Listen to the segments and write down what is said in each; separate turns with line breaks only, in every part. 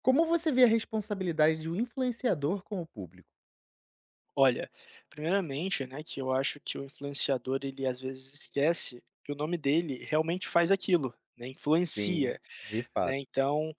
Como você vê a responsabilidade de um influenciador com o público?
Olha, primeiramente, né, que eu acho que o influenciador, ele às vezes esquece que o nome dele realmente faz aquilo, né,
Sim,
influencia,
de fato.
né, então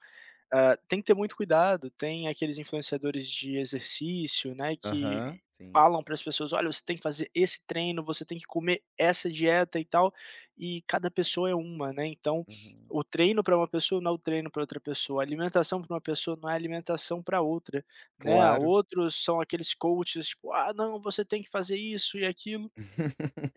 ah, tem que ter muito cuidado, tem aqueles influenciadores de exercício, né,
Aham,
que
sim.
falam para as pessoas: "Olha, você tem que fazer esse treino, você tem que comer essa dieta e tal", e cada pessoa é uma, né, então
Uhum.
o treino para uma pessoa não é o treino para outra pessoa, a alimentação para uma pessoa não é a alimentação para outra, né.
Claro.
Outros são aqueles coaches, tipo: "Ah, não, você tem que fazer isso e aquilo".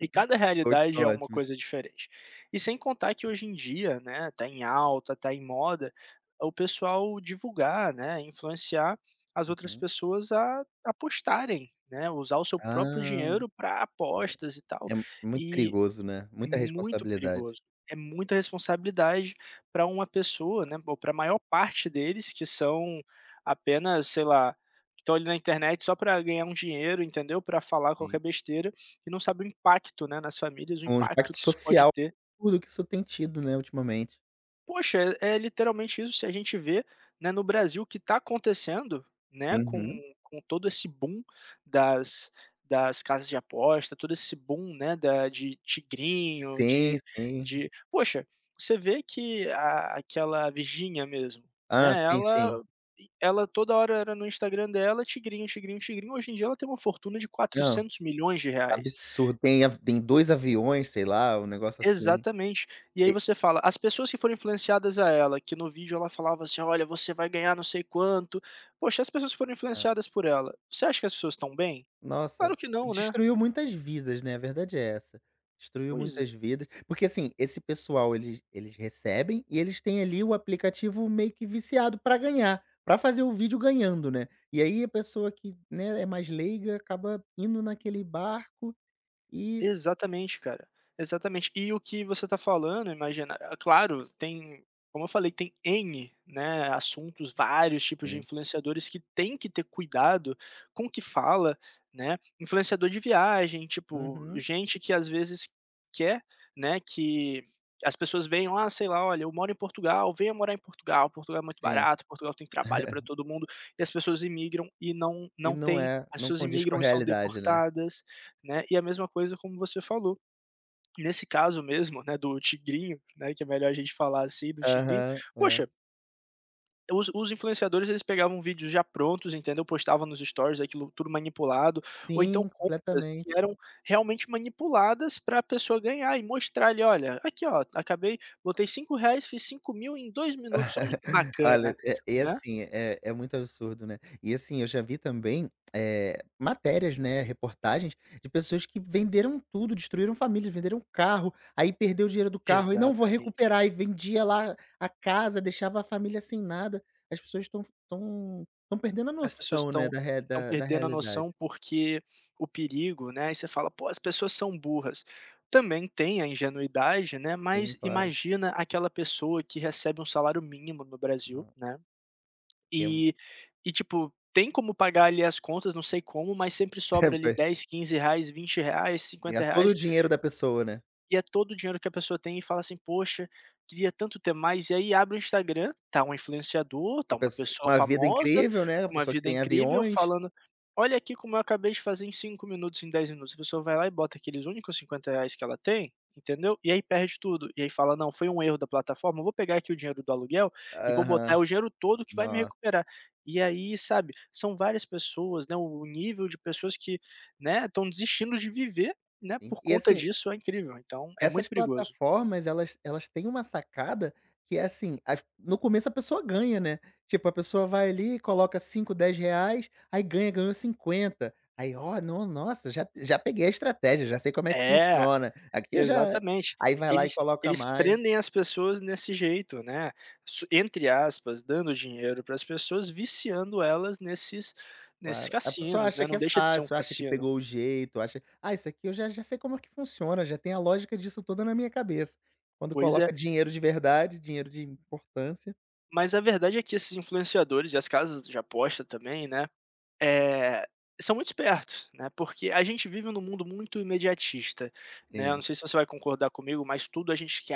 E cada
Todos
realidade
são
é uma
ótimos.
coisa diferente. E sem contar que hoje em dia, né, tá em alta, tá em moda, o pessoal divulgar, né, influenciar as outras
Uhum.
pessoas a apostarem, né, usar o seu próprio
Ah,
dinheiro para apostas e tal.
é mu muito
E
perigoso, né, muita
muito
responsabilidade.
perigoso. É muita responsabilidade para uma pessoa, né, ou para a maior parte deles que são apenas, sei lá, que estão ali na internet só para ganhar um dinheiro, entendeu? Para falar
Sim.
qualquer besteira e não sabe o impacto, né, nas famílias, o
Um
impacto
impacto
que isso pode
social.
ter.
Tudo que isso tem tido, né, ultimamente.
Poxa, é literalmente isso. Se a gente vê, né, no Brasil o que está acontecendo, né,
Uhum.
com todo esse boom das das casas de aposta, todo esse boom, né, da de tigrinho,
Sim, sim.
de poxa, você vê que a aquela Virgínia mesmo,
Ah,
né,
sim, sim.
ela toda hora era no Instagram dela, tigrinho, tigrinho, tigrinho, hoje em dia ela tem uma fortuna de
Não,
R$ 400 milhões.
absurdo. Tem 2 aviões, sei lá, um negócio assim.
Exatamente. E aí você fala, as pessoas que foram influenciadas a ela, que no vídeo ela falava assim: "Olha, você vai ganhar não sei quanto". Poxa, as pessoas que foram influenciadas por ela. Você acha que as pessoas estão bem?
Nossa,
Claro que não, né.
destruiu muitas vidas, né, a verdade é essa. Destruiu
Pois é.
muitas vidas, porque assim, esse pessoal eles recebem e eles têm ali o aplicativo meio que viciado para ganhar, para fazer o vídeo ganhando, né. E aí a pessoa que, né, é mais leiga acaba indo naquele barco e.
Exatamente, cara. Exatamente. E o que você está falando, imagina ah, claro, tem como eu falei, tem N, né, assuntos, vários tipos de
Sim,
influenciadores que tem que ter cuidado com o que fala, né. Influenciador de viagem, tipo,
uhum,
gente que às vezes quer, né, que as pessoas venham: "Ah, sei lá, olha, eu moro em Portugal, venha morar em Portugal, Portugal é muito
sim.
barato, Portugal tem trabalho para todo mundo", e as pessoas imigram e não
E
não
não
tem.
é,
As
não
pessoas
condiz com a
imigram e são
realidade, né.
deportadas né. E a mesma coisa como você falou, nesse caso mesmo, né, do tigrinho, né, que é melhor a gente falar assim, do tigrinho,
Aham, é.
poxa, os influenciadores eles pegavam vídeos já prontos, entendeu, postavam nos stories aquilo tudo manipulado, ou então
Sim,
contas
completamente.
que eram realmente manipuladas para a pessoa ganhar e mostrar ali: "Olha, aqui ó, acabei botei R$ 5 fiz 5.000 em 2 minutos, olha que bacana",
Olha, é e
né.
assim, é muito absurdo, né. E assim, eu já vi também, matérias, né, reportagens de pessoas que venderam tudo, destruíram famílias, venderam carro, aí perdeu o dinheiro do carro e: "Não, vou
Exatamente.
recuperar", e vendia lá a casa, deixava a família sem nada. As pessoas estão perdendo a
As pessoas
noção, né,
estão
da rea
estão
da da
perdendo a
realidade.
noção, porque o perigo, né, e você fala: "Pô, as pessoas são burras". Também tem a ingenuidade, né,
Sim,
mas
claro.
imagina aquela pessoa que recebe um salário mínimo no
Hã,
Brasil, né,
é
e e tipo, tem como pagar ali as contas, não sei como, mas sempre
é
sobra ali
pois,
dez quinze reais vinte reais
é
cinquenta
todo o
reais
dinheiro da pessoa, né.
e é todo o dinheiro que a pessoa tem e fala assim: "Poxa, queria tanto ter mais", e aí abre o Instagram, tá um influenciador, tá
Uma
uma
pesso
pessoa
uma vida
famosa,
incrível, né, a
com uma
pessoa que
vida
tem
incrível,
aviões.
falando: "Olha aqui como eu acabei de fazer em 5 minutos, em 10 minutos". A pessoa vai lá e bota aqueles únicos R$ 50 que ela tem, entendeu? E aí perde tudo, e aí fala: "Não, foi um erro da plataforma, eu vou pegar aqui o dinheiro do aluguel e vou botar é
Aham.
o dinheiro todo que vai me
Nossa.
recuperar". E aí, sabe, são várias pessoas, né, o nível de pessoas que, né, estão desistindo de viver né,
Sim.
por
E
conta
assim,
disso é incrível, então é
essas
muito perigoso.
plataformas elas têm uma sacada que é assim, as no começo a pessoa ganha, né. Tipo, a pessoa vai ali, coloca cinco 10 reais aí ganha, ganhou 50. Aí: "Ó, não nossa, já peguei a estratégia, já sei como é que
É,
funciona. Aqui eu já" é.
exatamente.
Aí vai lá e
Eles
coloca
eles
mais.
prendem as pessoas nesse jeito, né, su entre aspas, "dando dinheiro" para as pessoas, viciando elas nesses nesses
Claro. A pessoa
cassinos,
acha
né,
que
não
é
deixa de ser um
fácil, acha que
cassino.
pegou o jeito, acha: "Ah, isso aqui eu já sei como é que funciona, já tem a lógica disso toda na minha cabeça". Quando
Pois é,
coloca dinheiro de verdade, dinheiro de importância.
mas a verdade é que esses influenciadores e as casas de aposta também, né Eh, são muito espertos, né, porque a gente vive num mundo muito imediatista, né, eu
Sim.
não sei se você vai concordar comigo, mas tudo a gente quer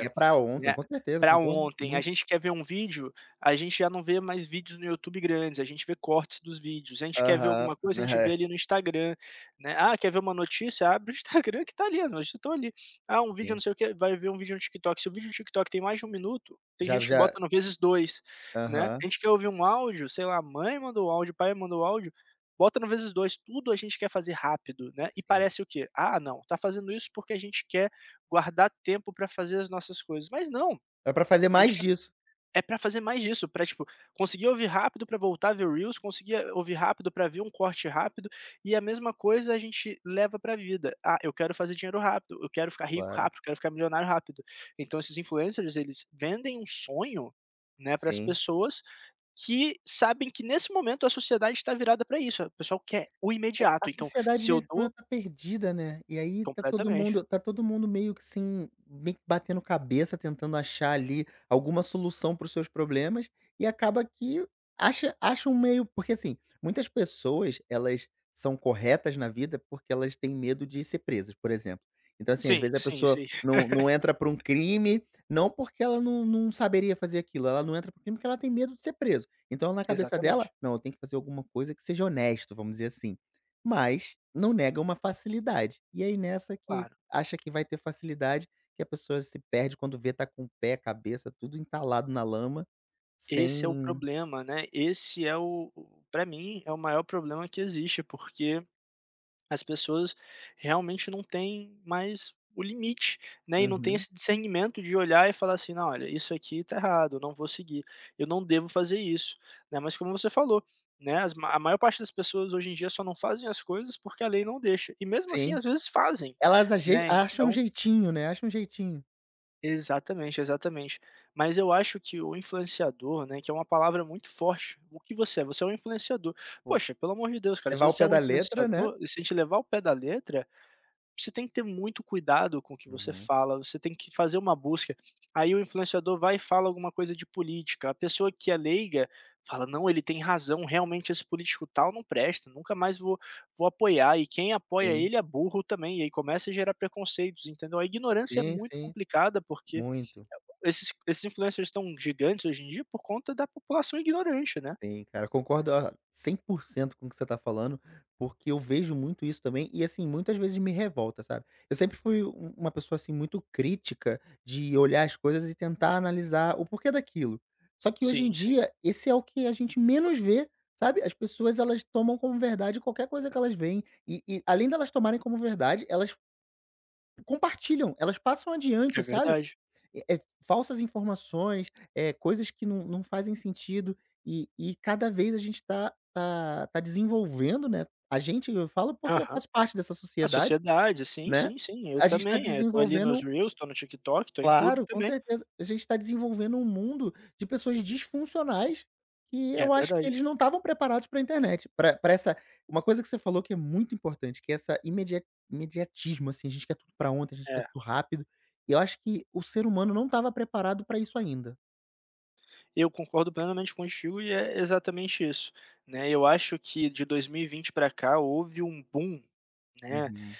É pra ontem,
né,
com certeza,
Para
concordo
ontem. A
muito.
gente quer ver um vídeo, a gente já não vê mais vídeos no YouTube grandes, a gente vê cortes dos vídeos. A gente quer ver
Aham,
alguma coisa, a gente vê
é,
ali no Instagram, né. Ah, quer ver uma notícia? Abre o Instagram que tá ali, as notícias estão ali. Ah, um vídeo
sim.
não sei o que. Vai ver um vídeo no TikTok. Se o vídeo no TikTok tem mais de um minuto, tem
Já
gente que
já,
bota no vezes 2. Né, a
aham,
gente quer ouvir um áudio, sei lá, a mãe mandou áudio, o pai mandou áudio, bota no vezes 2 tudo a gente quer fazer rápido, né, e
sim.
parece o quê? "Ah não, tá fazendo isso porque a gente quer guardar tempo pra fazer as nossas coisas", mas não,
É pra fazer
a gente
mais
quer
disso.
é pra fazer mais disso, pra, tipo, conseguir ouvir rápido pra voltar a ver reels, conseguir ouvir rápido pra ver um corte rápido, e a mesma coisa a gente leva pra vida. "Ah, eu quero fazer dinheiro rápido, eu quero ficar rico
Claro,
rápido, eu quero ficar milionário rápido". Então esses influencers, eles vendem um sonho, né, para as
sim.
pessoas que sabem que nesse momento a sociedade está virada para isso, é o pessoal quer o
É, a
imediato, então
sociedade
se eu
nesse
dou
momento tá perdida, né, e aí tá todo mundo
completamente.
tá todo mundo meio que assim, meio que batendo cabeça tentando achar ali alguma solução para os seus problemas, e acaba que acha um meio porque assim, muitas pessoas elas são corretas na vida porque elas têm medo de ser presas, por exemplo. Então assim, às
Sim,
vezes a
sim,
pessoa
sim,
não entra para um crime, não porque ela não saberia fazer aquilo, ela não entra para crime porque ela tem medo de ser preso. Então na cabeça dela:
exatamente,
"Não, eu tenho que fazer alguma coisa que seja honesto", vamos dizer assim. Mas não nega uma facilidade. E aí nessa que
claro.
acha que vai ter facilidade, que a pessoa se perde quando vê tá com o pé, a cabeça, tudo entalado na lama,
Esse é o
sem.
problema, né, esse é o para mim é o maior problema que existe, porque As pessoas realmente não têm mais o limite, né, e não tem
Uhum,
esse discernimento de olhar e falar assim: "Não, olha, isso aqui tá errado, eu não vou seguir, eu não devo fazer isso", né. Mas como você falou, né, as ma a maior parte das pessoas hoje em dia só não fazem as coisas porque a lei não deixa, e mesmo assim
sim.
às vezes fazem,
Elas ajei
né,
acham um
então
jeitinho, né, acham um jeitinho.
exatamente, exatamente. Mas eu acho que o influenciador, né, que é uma palavra muito forte, o que você é? Você é um influenciador.
Pô,
Poxa, pelo amor de Deus, cara, se
levar ao
você é
pé
um
da letra, né.
influenciador, e se a gente levar o pé da letra, você tem que ter muito cuidado com o que você
Uhum.
fala, você tem que fazer uma busca. Aí o influenciador vai e fala alguma coisa de política. A pessoa que é leiga fala: não, ele tem razão, realmente esse político tal não presta, nunca mais vou, vou apoiar. E quem apoia
Sim,
ele é burro também. E aí começa a gerar preconceitos, entendeu? A ignorância é
sim,
muito
sim,
complicada porque
muito.
esses influencers estão gigantes hoje em dia por conta da população ignorante, né?
Sim, cara, concordo a cento com o que você tá falando, porque eu vejo muito isso também e, assim, muitas vezes me revolta, sabe. Eu sempre fui uma pessoa, assim, muito crítica de olhar as coisas e tentar analisar o porquê daquilo. Só que hoje em
Sim, sim,
dia, esse é o que a gente menos vê, sabe. As pessoas, elas tomam como verdade qualquer coisa que elas veem e além delas tomarem como verdade, elas compartilham, elas passam adiante,
é
sabe.
verdade.
É falsas informações, coisas que não fazem sentido, e cada vez a gente está desenvolvendo, né, a gente, eu falo porque eu
Aham.
faço parte dessa
A
sociedade,
sociedade, sim,
né,
sim, sim, eu
a gente está
também, tô ali nos
desenvolvendo.
reels, tô no TikTok, tô em tudo
Claro, com
também.
certeza. A gente está desenvolvendo um mundo de pessoas disfuncionais que
É
eu acho que
verdade,
eles não estavam preparados para a internet, para essa uma coisa que você falou que é muito importante, que é essa imediatismo, assim, a gente quer tudo para ontem, a gente quer
é.
tudo rápido, e eu acho que o ser humano não estava preparado para isso ainda.
Eu concordo plenamente contigo e é exatamente isso, né, eu acho que de 2020 para cá houve um boom, né,
Uhum,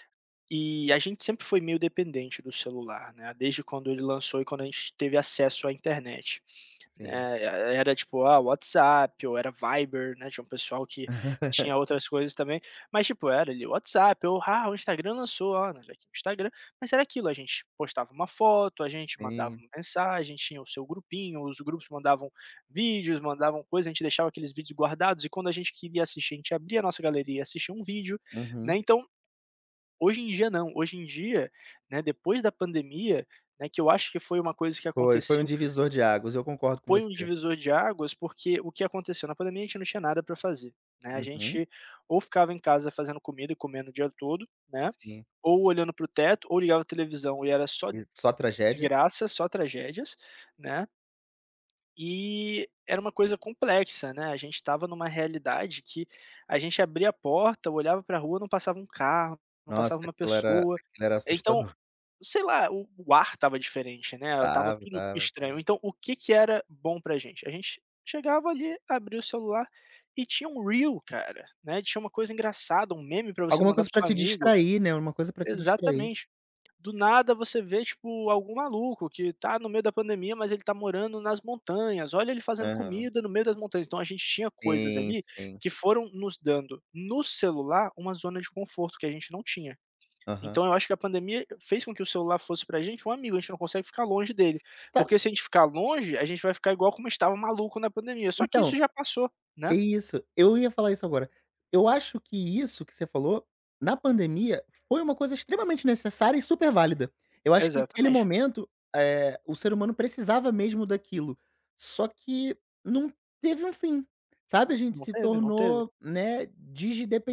e a gente sempre foi meio dependente do celular, né, desde quando ele lançou e quando a gente teve acesso à internet.
sim.
Né, era tipo, ah, WhatsApp ou era Viber, né, tinha um pessoal que tinha outras coisas também, mas tipo, era ali o WhatsApp ou, ah, o Instagram lançou, ah, nós aqui no Instagram, mas era aquilo, a gente postava uma foto, a gente mandava
Sim,
uma mensagem, tinha o seu grupinho, os grupos mandavam vídeos, mandavam coisas, a gente deixava aqueles vídeos guardados e quando a gente queria assistir, a gente abria a nossa galeria e assistia um vídeo,
uhum.
né, então, hoje em dia não, hoje em dia, né, depois da pandemia, né, que eu acho que foi uma coisa que
Foi um
aconteceu
divisor de águas, eu concordo com
foi um
você.
divisor de águas, porque o que aconteceu? Na pandemia a gente não tinha nada para fazer, né, a
Uhum,
gente ou ficava em casa fazendo comida e comendo o dia todo, né,
sim.
ou olhando para o teto, ou ligava a televisão e era só
E só tragédia?
desgraça, só tragédias, né, e era uma coisa complexa, né, a gente estava numa realidade que a gente abria a porta, olhava para a rua, não passava um carro, não
Nossa,
passava uma
aquilo era
pessoa.
aquilo era
Então
assustador.
sei lá, o ar tava diferente, né, tava
Tava,
tudo
tava.
estranho. Então, o que que era bom pra gente? A gente chegava ali, abria o celular e tinha um reel, cara, né, tinha uma coisa engraçada, um meme pra você
Alguma
mandar
coisa
pro
pra
seu
te
amigo.
distrair, né, uma coisa pra te distrair.
Exatamente. Do nada você vê, tipo, algum maluco que tá no meio da pandemia, mas ele tá morando nas montanhas, olha ele fazendo
Aham.
comida no meio das montanhas. Então a gente tinha coisas
Sim,
ali
sim.
que foram nos dando, no celular, uma zona de conforto que a gente não tinha.
Aham.
Então eu acho que a pandemia fez com que o celular fosse pra gente um amigo, a gente não consegue ficar longe dele,
Sabe,
porque se a gente ficar longe, a gente vai ficar igual como estava maluco na pandemia, só que isso
então,
já passou,
é
né.
isso, eu ia falar isso agora. Eu acho que isso que você falou, na pandemia, foi uma coisa extremamente necessária e super válida. Eu acho que aquele
Exatamente.
momento, o ser humano precisava mesmo daquilo, só que não teve um fim, sabe, a gente
Não
se
teve, não teve.
tornou, né,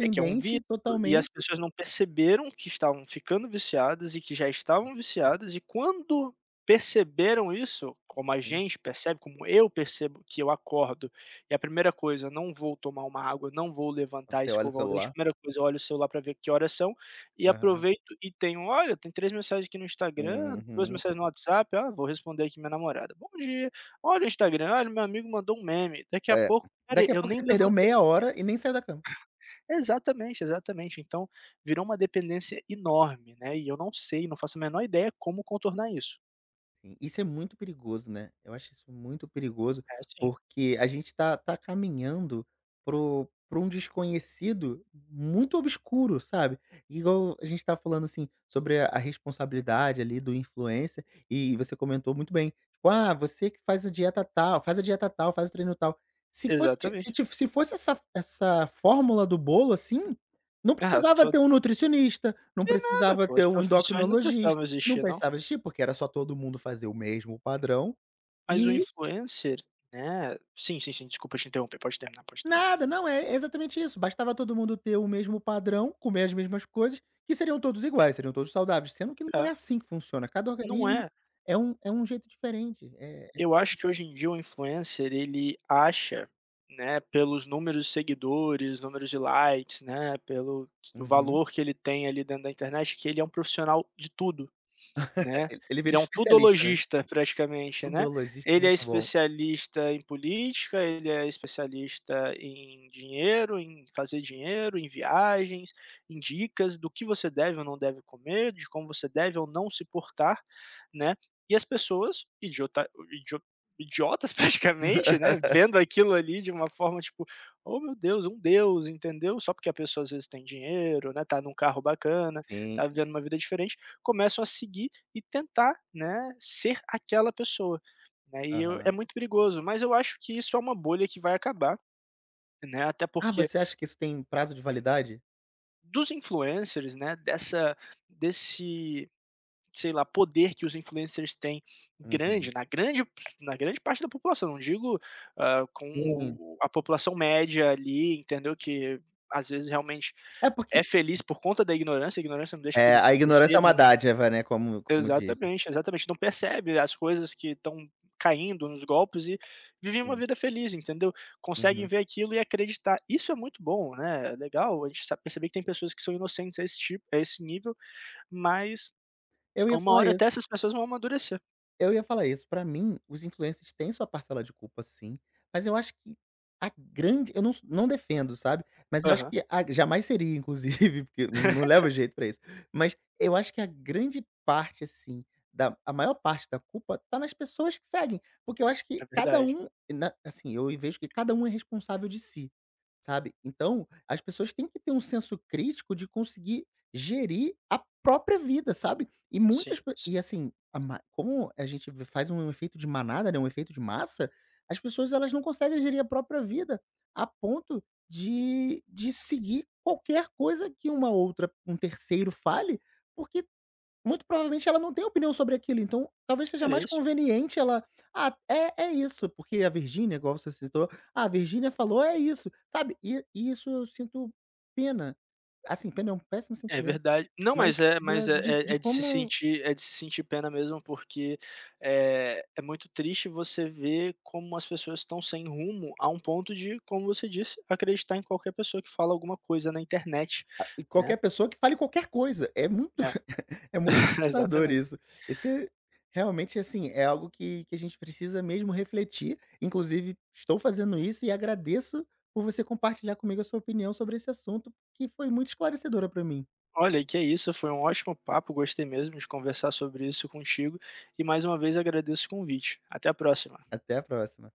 É que é um vício, e as
totalmente.
pessoas não perceberam que estavam ficando viciadas e que já estavam viciadas, e quando perceberam isso, como a
Sim.
gente percebe, como eu percebo que eu acordo, e a primeira coisa, não vou tomar uma água, não vou levantar,
Você olha o
escovar o dente,
celular.
primeira coisa, eu olho o celular para ver que horas são, e
Aham.
aproveito e tenho: "Olha, tem 3 mensagens aqui no Instagram, 2
Uhum.
mensagens no WhatsApp, ah, vou responder aqui minha namorada, bom dia, olha o Instagram, olha, meu amigo mandou um meme", daqui a
É.
pouco, cara,
Daqui a
eu
pouco
nem
você
levan.
perdeu meia hora e nem saiu da cama.
Exatamente, exatamente. Então, virou uma dependência enorme, né, e eu não sei, não faço a menor ideia como contornar isso.
Sim, isso é muito perigoso, né. Eu acho isso muito perigoso,
É sim,
porque a gente tá caminhando pro um desconhecido muito obscuro, sabe. Igual a gente estava falando, assim, sobre a responsabilidade ali do influencer, e você comentou muito bem, tipo: "Ah, você que faz a dieta tal, faz a dieta tal, faz o treino tal". Se fosse se
exatamente.
ti se fosse essa fórmula do bolo, assim, não
Ah,
precisava
tô
ter um nutricionista, não
nada
precisava
pô,
ter
as
um
profissões não
endocrinologista,
precisavam
não
existir não.
pensava existir, porque era só todo mundo fazer o mesmo padrão
Mas o
e.
influencer, né, sim, sim, sim, desculpa te interromper, pode terminar, pode terminar.
Nada, não, é exatamente isso, bastava todo mundo ter o mesmo padrão, comer as mesmas coisas, que seriam todos iguais, seriam todos saudáveis, sendo que não é
É,
assim que funciona, cada
não
organismo
é.
é um jeito diferente, é.
Eu acho que hoje em dia o influencer ele acha, né, pelos números de seguidores, números de likes, né, pelo o
Uhum.
valor que ele tem ali dentro da internet, que ele é um profissional de tudo. Né,
Ele
ele
vira
é um
especialista, né.
tudologista praticamente, né.
Podologista é
Ele é
muito bom.
especialista em política, ele é especialista em dinheiro, em fazer dinheiro, em viagens, em dicas do que você deve ou não deve comer, de como você deve ou não se portar, né. E as pessoas idiotas praticamente, né, vendo aquilo ali de uma forma tipo: "Oh meu Deus, um deus", entendeu. Só porque a pessoa às vezes tem dinheiro, né, tá num carro bacana, tá
Sim,
vivendo uma vida diferente, começam a seguir e tentar, né, ser aquela pessoa, né, e eu
aham.
é muito perigoso, mas eu acho que isso é uma bolha que vai acabar, né, até
Ah,
porque
você acha que isso tem prazo de validade?
dos influencers, né, dessa desse, sei lá, poder que os influencers têm
Uhum.
grande na grande na grande parte da população, não digo, com
Sim.
o a população média ali, entendeu, que às vezes realmente
É
é
porque.
feliz por conta da ignorância, a ignorância não deixa que
É,
eles
a ignorância é uma
percebam.
dádiva, né, como dizem.
Exatamente, exatamente. Não percebe as coisas que estão caindo nos golpes e vivem uma
Sim,
vida feliz, entendeu? Conseguem
uhum.
ver aquilo e acreditar. Isso é muito bom, né? É legal a gente perceber que tem pessoas que são inocentes a esse tipo, a esse nível, mas
Eu ia
uma
falar
hora até
isso.
essas pessoas vão amadurecer.
Eu ia falar isso, pra mim, os influencers têm sua parcela de culpa sim, mas eu acho que a grande eu não s não defendo, sabe, mas eu acho
Aham.
que a jamais seria inclusive, porque eu não levo jeito pra isso. Mas eu acho que a grande parte, assim, da a maior parte da culpa tá nas pessoas que seguem, porque eu acho que
É
cada
verdade.
um, na assim, eu vejo que cada um é responsável de si. Sabe? Então, as pessoas têm que ter um senso crítico de conseguir gerir a própria vida, sabe? E muitas
Sim,
pe e
sim.
assim, a ma como a gente v faz um efeito de manada, né, um efeito de massa, as pessoas elas não conseguem gerir a própria vida a ponto de seguir qualquer coisa que uma outra um terceiro fale, porque muito provavelmente ela não tem opinião sobre aquilo, então talvez seja
É
mais
isso.
conveniente ela: "Ah, é isso", porque a Virgínia, igual você citou, "Ah, a Virgínia falou, é isso", sabe. E isso eu sinto pena, assim, pena é um péssimo
É
sentimento,
verdade. Não,
mas
mas é
da
mas é é
de
é de se
como.
sentir de se sentir pena mesmo, porque, é muito triste você ver como as pessoas estão sem rumo a um ponto de, como você disse, acreditar em qualquer pessoa que fala alguma coisa na internet,
E qualquer
né.
pessoa que fale qualquer coisa, é muito.
É,
É muito assustador
exatamente.
isso. Esse é realmente, assim, é algo que a gente precisa mesmo refletir. Inclusive, estou fazendo isso e agradeço por você compartilhar comigo a sua opinião sobre esse assunto, que foi muito esclarecedora para mim.
Olha, que é isso, foi um ótimo papo, gostei mesmo de conversar sobre isso contigo e mais uma vez agradeço o convite. Até a próxima.
Até a próxima.